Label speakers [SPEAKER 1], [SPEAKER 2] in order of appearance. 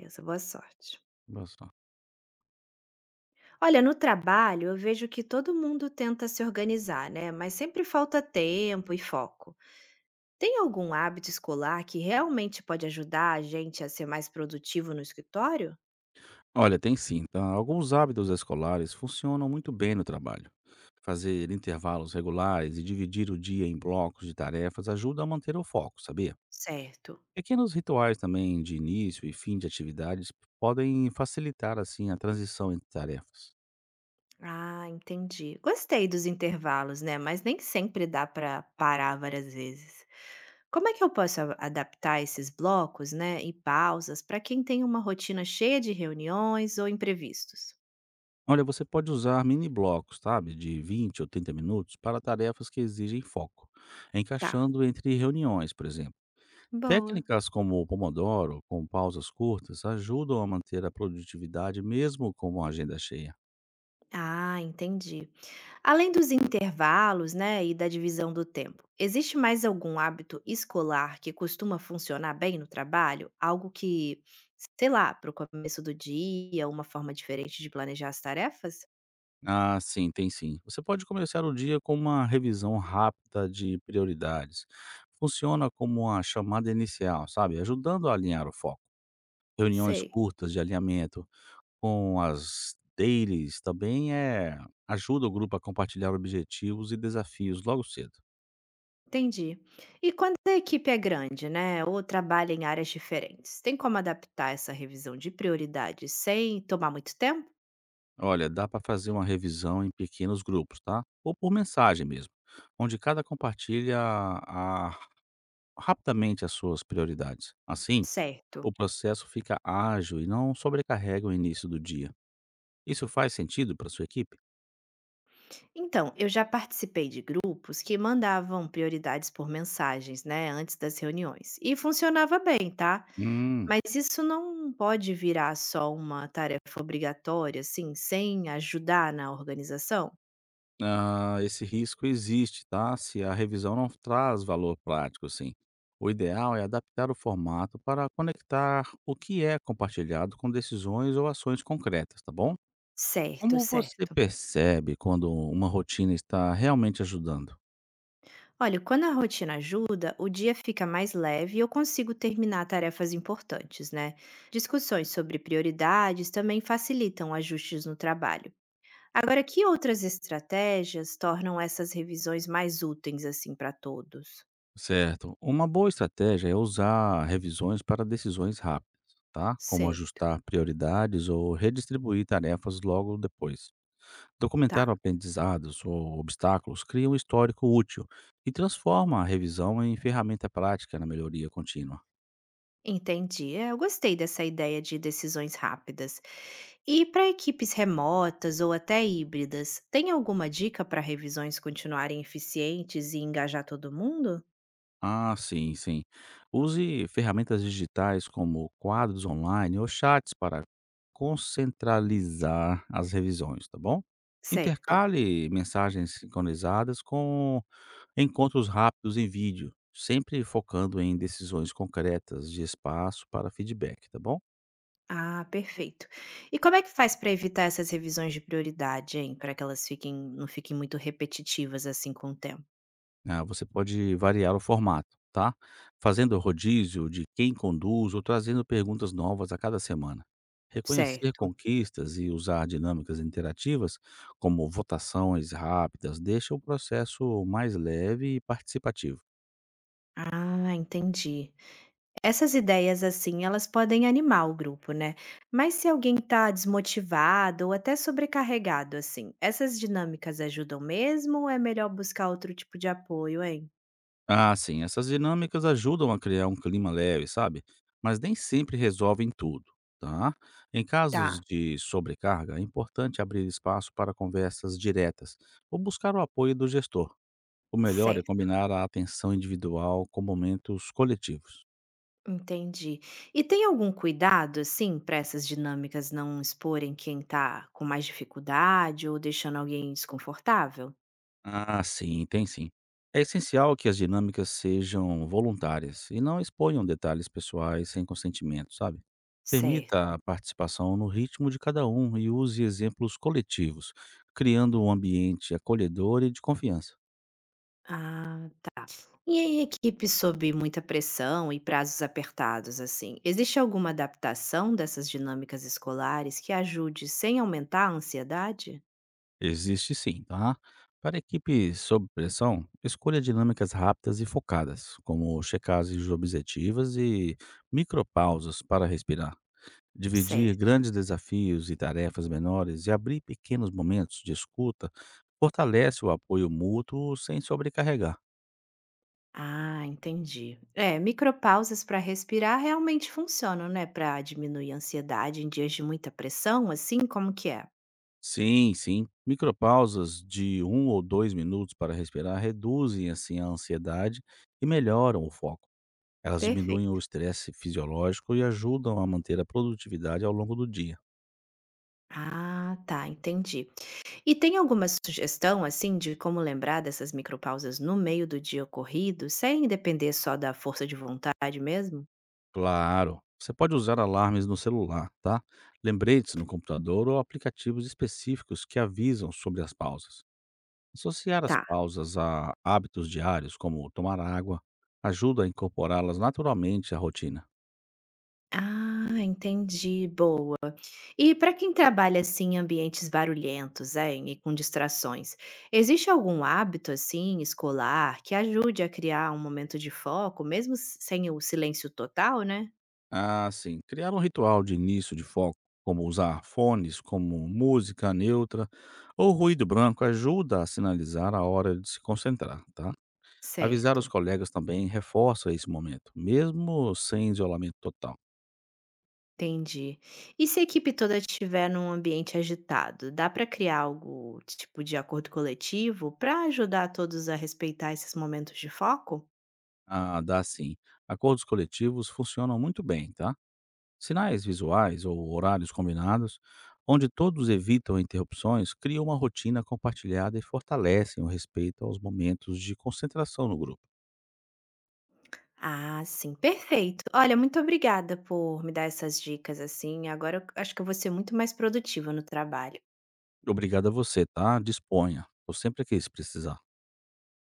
[SPEAKER 1] Beleza, boa sorte.
[SPEAKER 2] Olha só.
[SPEAKER 1] Olha, no trabalho eu vejo que todo mundo tenta se organizar, né? Mas sempre falta tempo e foco. Tem algum hábito escolar que realmente pode ajudar a gente a ser mais produtivo no escritório?
[SPEAKER 2] Olha, tem sim, tá? Alguns hábitos escolares funcionam muito bem no trabalho. Fazer intervalos regulares e dividir o dia em blocos de tarefas ajuda a manter o foco, sabia?
[SPEAKER 1] Certo.
[SPEAKER 2] Pequenos rituais também de início e fim de atividades podem facilitar assim a transição entre tarefas.
[SPEAKER 1] Ah, entendi. Gostei dos intervalos, né? Mas nem sempre dá para parar várias vezes. Como é que eu posso adaptar esses blocos, né, e pausas para quem tem uma rotina cheia de reuniões ou imprevistos?
[SPEAKER 2] Olha, você pode usar mini blocos, sabe, de 20 ou 30 minutos para tarefas que exigem foco,
[SPEAKER 1] Tá,
[SPEAKER 2] encaixando entre reuniões, por exemplo.
[SPEAKER 1] boa.
[SPEAKER 2] Técnicas como o Pomodoro, com pausas curtas, ajudam a manter a produtividade mesmo com uma agenda cheia.
[SPEAKER 1] Ah, entendi. Além dos intervalos, né, e da divisão do tempo, existe mais algum hábito escolar que costuma funcionar bem no trabalho? Algo que, sei lá, para o começo do dia, uma forma diferente de planejar as tarefas?
[SPEAKER 2] Ah, sim, tem sim. Você pode começar o dia com uma revisão rápida de prioridades. Funciona como uma chamada inicial, sabe? Ajudando a alinhar o foco. Reuniões
[SPEAKER 1] Sei,
[SPEAKER 2] curtas de alinhamento com as dailies também é ajuda o grupo a compartilhar objetivos e desafios logo cedo.
[SPEAKER 1] entendi. E quando a equipe é grande, né, ou trabalha em áreas diferentes, tem como adaptar essa revisão de prioridades sem tomar muito tempo?
[SPEAKER 2] Olha, dá para fazer uma revisão em pequenos grupos, tá? Ou por mensagem mesmo, onde cada compartilha rapidamente as suas prioridades. Assim,
[SPEAKER 1] Certo.
[SPEAKER 2] o processo fica ágil e não sobrecarrega o início do dia. Isso faz sentido para sua equipe?
[SPEAKER 1] Então, eu já participei de grupos que mandavam prioridades por mensagens, né, antes das reuniões. E funcionava bem, tá?
[SPEAKER 2] Hum,
[SPEAKER 1] Mas isso não pode virar só uma tarefa obrigatória, assim, sem ajudar na organização?
[SPEAKER 2] ah, esse risco existe, tá? Se a revisão não traz valor prático, assim. O ideal é adaptar o formato para conectar o que é compartilhado com decisões ou ações concretas, tá bom?
[SPEAKER 1] Certo,
[SPEAKER 2] Como você
[SPEAKER 1] certo.
[SPEAKER 2] percebe quando uma rotina está realmente ajudando?
[SPEAKER 1] Olha, quando a rotina ajuda, o dia fica mais leve e eu consigo terminar tarefas importantes, né? Discussões sobre prioridades também facilitam ajustes no trabalho. Agora, que outras estratégias tornam essas revisões mais úteis, assim, para todos?
[SPEAKER 2] Certo. Uma boa estratégia é usar revisões para decisões rápidas, tá? Como
[SPEAKER 1] Certo,
[SPEAKER 2] ajustar prioridades ou redistribuir tarefas logo depois. Documentar
[SPEAKER 1] tá.
[SPEAKER 2] aprendizados ou obstáculos cria um histórico útil e transforma a revisão em ferramenta prática na melhoria contínua.
[SPEAKER 1] Entendi. É, eu gostei dessa ideia de decisões rápidas. E para equipes remotas ou até híbridas, tem alguma dica para revisões continuarem eficientes e engajar todo mundo?
[SPEAKER 2] Ah, sim, sim. Use ferramentas digitais como quadros online ou chats para concentralizar as revisões, tá bom?
[SPEAKER 1] Certo.
[SPEAKER 2] Intercale mensagens sincronizadas com encontros rápidos em vídeo, sempre focando em decisões concretas de espaço para feedback, tá bom?
[SPEAKER 1] Ah, perfeito. E como é que faz para evitar essas revisões de prioridade, hein? Para que elas fiquem, não fiquem muito repetitivas assim com o tempo?
[SPEAKER 2] Ah, você pode variar o formato, tá? Fazendo rodízio de quem conduz ou trazendo perguntas novas a cada semana. Reconhecer
[SPEAKER 1] Certo.
[SPEAKER 2] conquistas e usar dinâmicas interativas, como votações rápidas, deixa o processo mais leve e participativo.
[SPEAKER 1] Ah, entendi. Essas ideias, assim, elas podem animar o grupo, né? Mas se alguém tá desmotivado ou até sobrecarregado, assim, essas dinâmicas ajudam mesmo ou é melhor buscar outro tipo de apoio, hein?
[SPEAKER 2] Ah, sim, essas dinâmicas ajudam a criar um clima leve, sabe? Mas nem sempre resolvem tudo, tá? Em casos
[SPEAKER 1] Tá,
[SPEAKER 2] de sobrecarga, é importante abrir espaço para conversas diretas ou buscar o apoio do gestor. O melhor é
[SPEAKER 1] certo,
[SPEAKER 2] combinar a atenção individual com momentos coletivos.
[SPEAKER 1] entendi. E tem algum cuidado, assim, para essas dinâmicas não exporem quem tá com mais dificuldade ou deixando alguém desconfortável?
[SPEAKER 2] Ah, sim, tem sim. É essencial que as dinâmicas sejam voluntárias e não exponham detalhes pessoais sem consentimento, sabe? Permita
[SPEAKER 1] Certo.
[SPEAKER 2] a participação no ritmo de cada um e use exemplos coletivos, criando um ambiente acolhedor e de confiança.
[SPEAKER 1] Ah, e aí, equipe sob muita pressão e prazos apertados, assim, existe alguma adaptação dessas dinâmicas escolares que ajude sem aumentar a ansiedade?
[SPEAKER 2] Existe sim, tá? Para equipes sob pressão, escolha dinâmicas rápidas e focadas, como checagens objetivas e micropausas para respirar. Dividir
[SPEAKER 1] Certo.
[SPEAKER 2] grandes desafios e tarefas menores e abrir pequenos momentos de escuta fortalece o apoio mútuo sem sobrecarregar.
[SPEAKER 1] Ah, entendi. É, micropausas para respirar realmente funcionam, né? Para diminuir a ansiedade em dias de muita pressão, assim como que é?
[SPEAKER 2] Sim, sim. Micropausas de 1 ou 2 minutos para respirar reduzem assim a ansiedade e melhoram o foco. Elas diminuem o
[SPEAKER 1] Perfeito.
[SPEAKER 2] estresse fisiológico e ajudam a manter a produtividade ao longo do dia.
[SPEAKER 1] Ah, tá, entendi. E tem alguma sugestão, assim, de como lembrar dessas micropausas no meio do dia corrido, sem depender só da força de vontade mesmo?
[SPEAKER 2] Claro, você pode usar alarmes no celular, tá? Lembretes no computador ou aplicativos específicos que avisam sobre as pausas. Associar as
[SPEAKER 1] Tá.
[SPEAKER 2] pausas a hábitos diários, como tomar água, ajuda a incorporá-las naturalmente à rotina.
[SPEAKER 1] Ah, entendi. Boa. E para quem trabalha assim em ambientes barulhentos, hein, e com distrações, existe algum hábito assim escolar que ajude a criar um momento de foco, mesmo sem o silêncio total, né?
[SPEAKER 2] Ah, sim. Criar um ritual de início de foco, como usar fones, como música neutra ou ruído branco, ajuda a sinalizar a hora de se concentrar, tá? Avisar os
[SPEAKER 1] Certo.
[SPEAKER 2] colegas também reforça esse momento, mesmo sem isolamento total.
[SPEAKER 1] Entendi. E se a equipe toda estiver num ambiente agitado, dá para criar algo tipo de acordo coletivo para ajudar todos a respeitar esses momentos de foco?
[SPEAKER 2] Ah, dá sim. Acordos coletivos funcionam muito bem, tá? Sinais visuais ou horários combinados, onde todos evitam interrupções, criam uma rotina compartilhada e fortalecem o respeito aos momentos de concentração no grupo.
[SPEAKER 1] Ah, sim, perfeito. Olha, muito obrigada por me dar essas dicas assim. Agora eu acho que eu vou ser muito mais produtiva no trabalho.
[SPEAKER 2] Obrigado a você, tá? Disponha. Estou sempre aqui se precisar.